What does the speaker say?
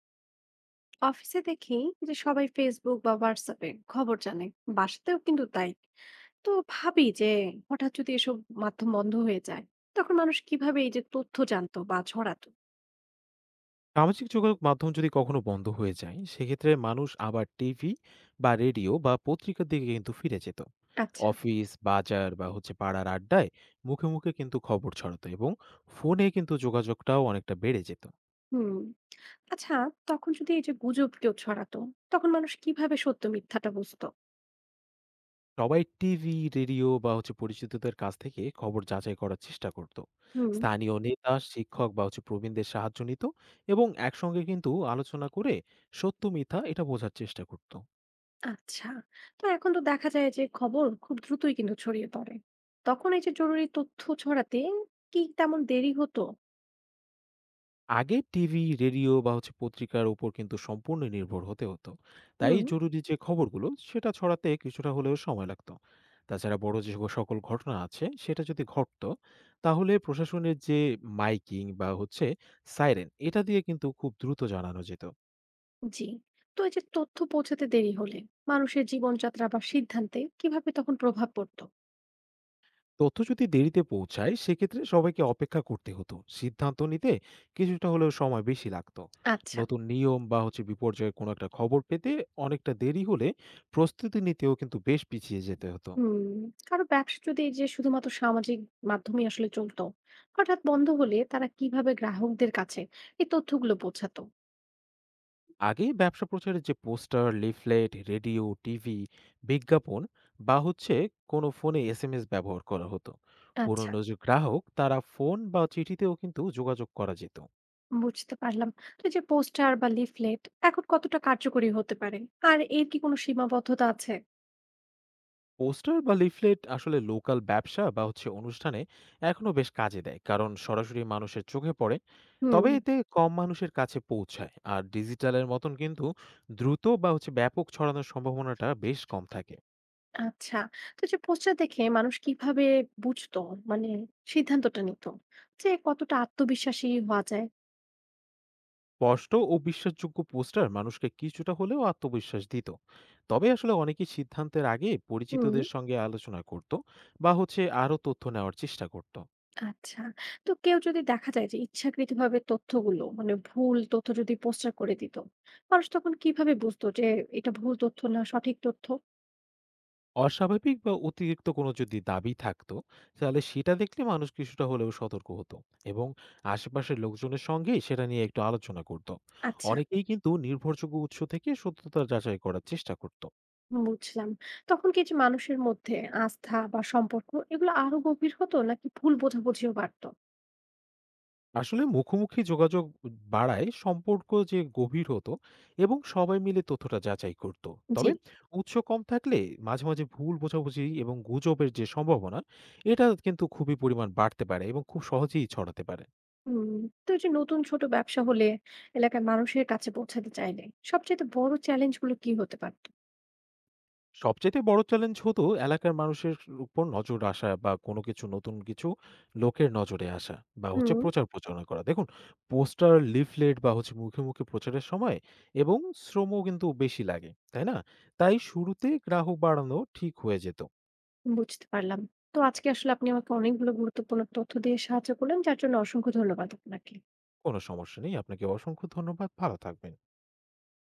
অফিসে দেখি যে সবাই ফেসবুক বা হোয়াটসঅ্যাপে খবর জানে। বাসাতেও কিন্তু তাই। তো ভাবি যে হঠাৎ যদি এসব মাধ্যম বন্ধ হয়ে যায়, তখন মানুষ কিভাবে এই যে তথ্য জানতো বা ছড়াতো। সামাজিক যোগাযোগ মাধ্যম যদি কখনো বন্ধ হয়ে যায় সেক্ষেত্রে মানুষ আবার টিভি বা রেডিও বা পত্রিকার দিকে কিন্তু ফিরে যেত। আচ্ছা। অফিস বাজার বা হচ্ছে পাড়ার আড্ডায় মুখে মুখে কিন্তু খবর ছড়াতো এবং ফোনে কিন্তু যোগাযোগটাও অনেকটা বেড়ে যেত। হুম। আচ্ছা, তখন যদি এই যে গুজব কেউ ছড়াতো, তখন মানুষ কিভাবে সত্য মিথ্যাটা বুঝতো। সবাই টিভি রেডিও বা হচ্ছে পরিচিতদের কাছ থেকে খবর যাচাই করার চেষ্টা করত। হুম। স্থানীয় নেতা শিক্ষক বা হচ্ছে প্রবীণদের সাহায্য নিত এবং একসঙ্গে কিন্তু আলোচনা করে সত্য মিথ্যা এটা বোঝার চেষ্টা করত। আচ্ছা, তো এখন তো দেখা যায় যে খবর খুব দ্রুতই কিন্তু ছড়িয়ে পড়ে। তখন এই যে জরুরি তথ্য ছড়াতে কি তেমন দেরি হতো? আগে টিভি, রেডিও বা হচ্ছে পত্রিকার উপর কিন্তু সম্পূর্ণ নির্ভর হতে হতো। তাই হুম। জরুরি যে খবরগুলো সেটা ছড়াতে কিছুটা হলেও সময় লাগত। তাছাড়া বড় যে সকল ঘটনা আছে সেটা যদি ঘটতো, তাহলে প্রশাসনের যে মাইকিং বা হচ্ছে সাইরেন এটা দিয়ে কিন্তু খুব দ্রুত জানানো যেত। জি। তো এই যে তথ্য পৌঁছাতে দেরি হলে মানুষের জীবনযাত্রা বা সিদ্ধান্তে কিভাবে তখন প্রভাব পড়তো। তথ্য যদি দেরিতে পৌঁছায় সেক্ষেত্রে সবাইকে অপেক্ষা করতে হতো, সিদ্ধান্ত নিতে কিছুটা হলেও সময় বেশি লাগতো। আচ্ছা। নতুন নিয়ম বা হচ্ছে বিপর্যয়ের কোনো একটা খবর পেতে অনেকটা দেরি হলে প্রস্তুতি নিতেও কিন্তু বেশ পিছিয়ে যেতে হতো। হুম, কারো ব্যবসা যদি এই যে শুধুমাত্র সামাজিক মাধ্যমে আসলে চলতো, হঠাৎ বন্ধ হলে তারা কিভাবে গ্রাহকদের কাছে এই তথ্যগুলো পৌঁছাতো। আগে ব্যবসা প্রচারের যে পোস্টার, লিফলেট, রেডিও, টিভি বিজ্ঞাপন বা হচ্ছে কোনো ফোনে এসএমএস ব্যবহার করা হতো। আচ্ছা, পুরনো যে গ্রাহক তারা ফোন বা চিঠিতেও কিন্তু যোগাযোগ করা যেত। বুঝতে পারলাম। তো এই যে পোস্টার বা লিফলেট এখন কতটা কার্যকরী হতে পারে, আর এর কি কোনো সীমাবদ্ধতা আছে? পোস্টার বা লিফলেট আসলে লোকাল ব্যবসা বা হচ্ছে অনুষ্ঠানে এখনো বেশ কাজে দেয় কারণ সরাসরি মানুষের চোখে পড়ে। হুম। তবে এতে কম মানুষের কাছে পৌঁছায় আর ডিজিটালের মতন কিন্তু দ্রুত বা হচ্ছে ব্যাপক ছড়ানোর সম্ভাবনাটা বেশ কম থাকে। আচ্ছা। তো এই যে পোস্টার দেখে মানুষ কিভাবে বুঝতো? মানে সিদ্ধান্তটা নিত যে কতটা আত্মবিশ্বাসী হওয়া যায়? স্পষ্ট ও বিশ্বাসযোগ্য পোস্টার মানুষকে কিছুটা হলেও আত্মবিশ্বাস দিত। তবে আসলে অনেকেই সিদ্ধান্তের আগে হুম। পরিচিতদের সঙ্গে আলোচনা করত বা হচ্ছে আরো তথ্য নেওয়ার চেষ্টা করত। আচ্ছা। তো কেউ যদি দেখা যায় যে ইচ্ছাকৃতভাবে তথ্যগুলো মানে ভুল তথ্য যদি পোস্টার করে দিত, মানুষ তখন কিভাবে বুঝতো যে এটা ভুল তথ্য না সঠিক তথ্য? অস্বাভাবিক বা অতিরিক্ত কোনো যদি দাবি থাকতো তাহলে সেটা দেখলে মানুষ কিছুটা হলেও সতর্ক হতো এবং আশেপাশের লোকজনের সঙ্গে সেটা নিয়ে একটু আলোচনা করত। আচ্ছা, অনেকেই কিন্তু নির্ভরযোগ্য উৎস থেকে সত্যতা যাচাই করার চেষ্টা করত। বুঝলাম। তখন কি যে মানুষের মধ্যে আস্থা বা সম্পর্ক এগুলো আরো গভীর হতো নাকি ভুল বোঝাবুঝিও বাড়তো? আসলে মুখোমুখি যোগাযোগ বাড়ায় সম্পর্ক যে গভীর হতো এবং সবাই মিলে তথ্যটা যাচাই করত। জি। তবে উৎস কম থাকলে মাঝে মাঝে ভুল বোঝাবুঝি এবং গুজবের যে সম্ভাবনা এটা কিন্তু খুবই পরিমাণ বাড়তে পারে এবং খুব সহজেই ছড়াতে পারে। হুম, তো এই যে নতুন ছোট ব্যবসা হলে এলাকার মানুষের কাছে পৌঁছাতে চাইলে সবচেয়ে বড় চ্যালেঞ্জ গুলো কি হতে পারতো? সবচাইতে বড় চ্যালেঞ্জ হতো এলাকার মানুষের উপর নজর আসা বা কোনো কিছু নতুন কিছু লোকের নজরে আসা বা হচ্ছে হুম, প্রচার প্রচারণা করা। দেখুন, পোস্টার, লিফলেট বা হচ্ছে মুখে মুখে প্রচারের সময় এবং শ্রমও কিন্তু বেশি লাগে, তাই না? তাই শুরুতে গ্রাহক বাড়ানো ঠিক হয়ে যেত। বুঝতে পারলাম। তো আজকে আসলে আপনি আমাকে অনেকগুলো গুরুত্বপূর্ণ তথ্য দিয়ে সাহায্য করলেন, যার জন্য অসংখ্য ধন্যবাদ আপনাকে। কোনো সমস্যা নেই। আপনাকে অসংখ্য ধন্যবাদ। ভালো থাকবেন।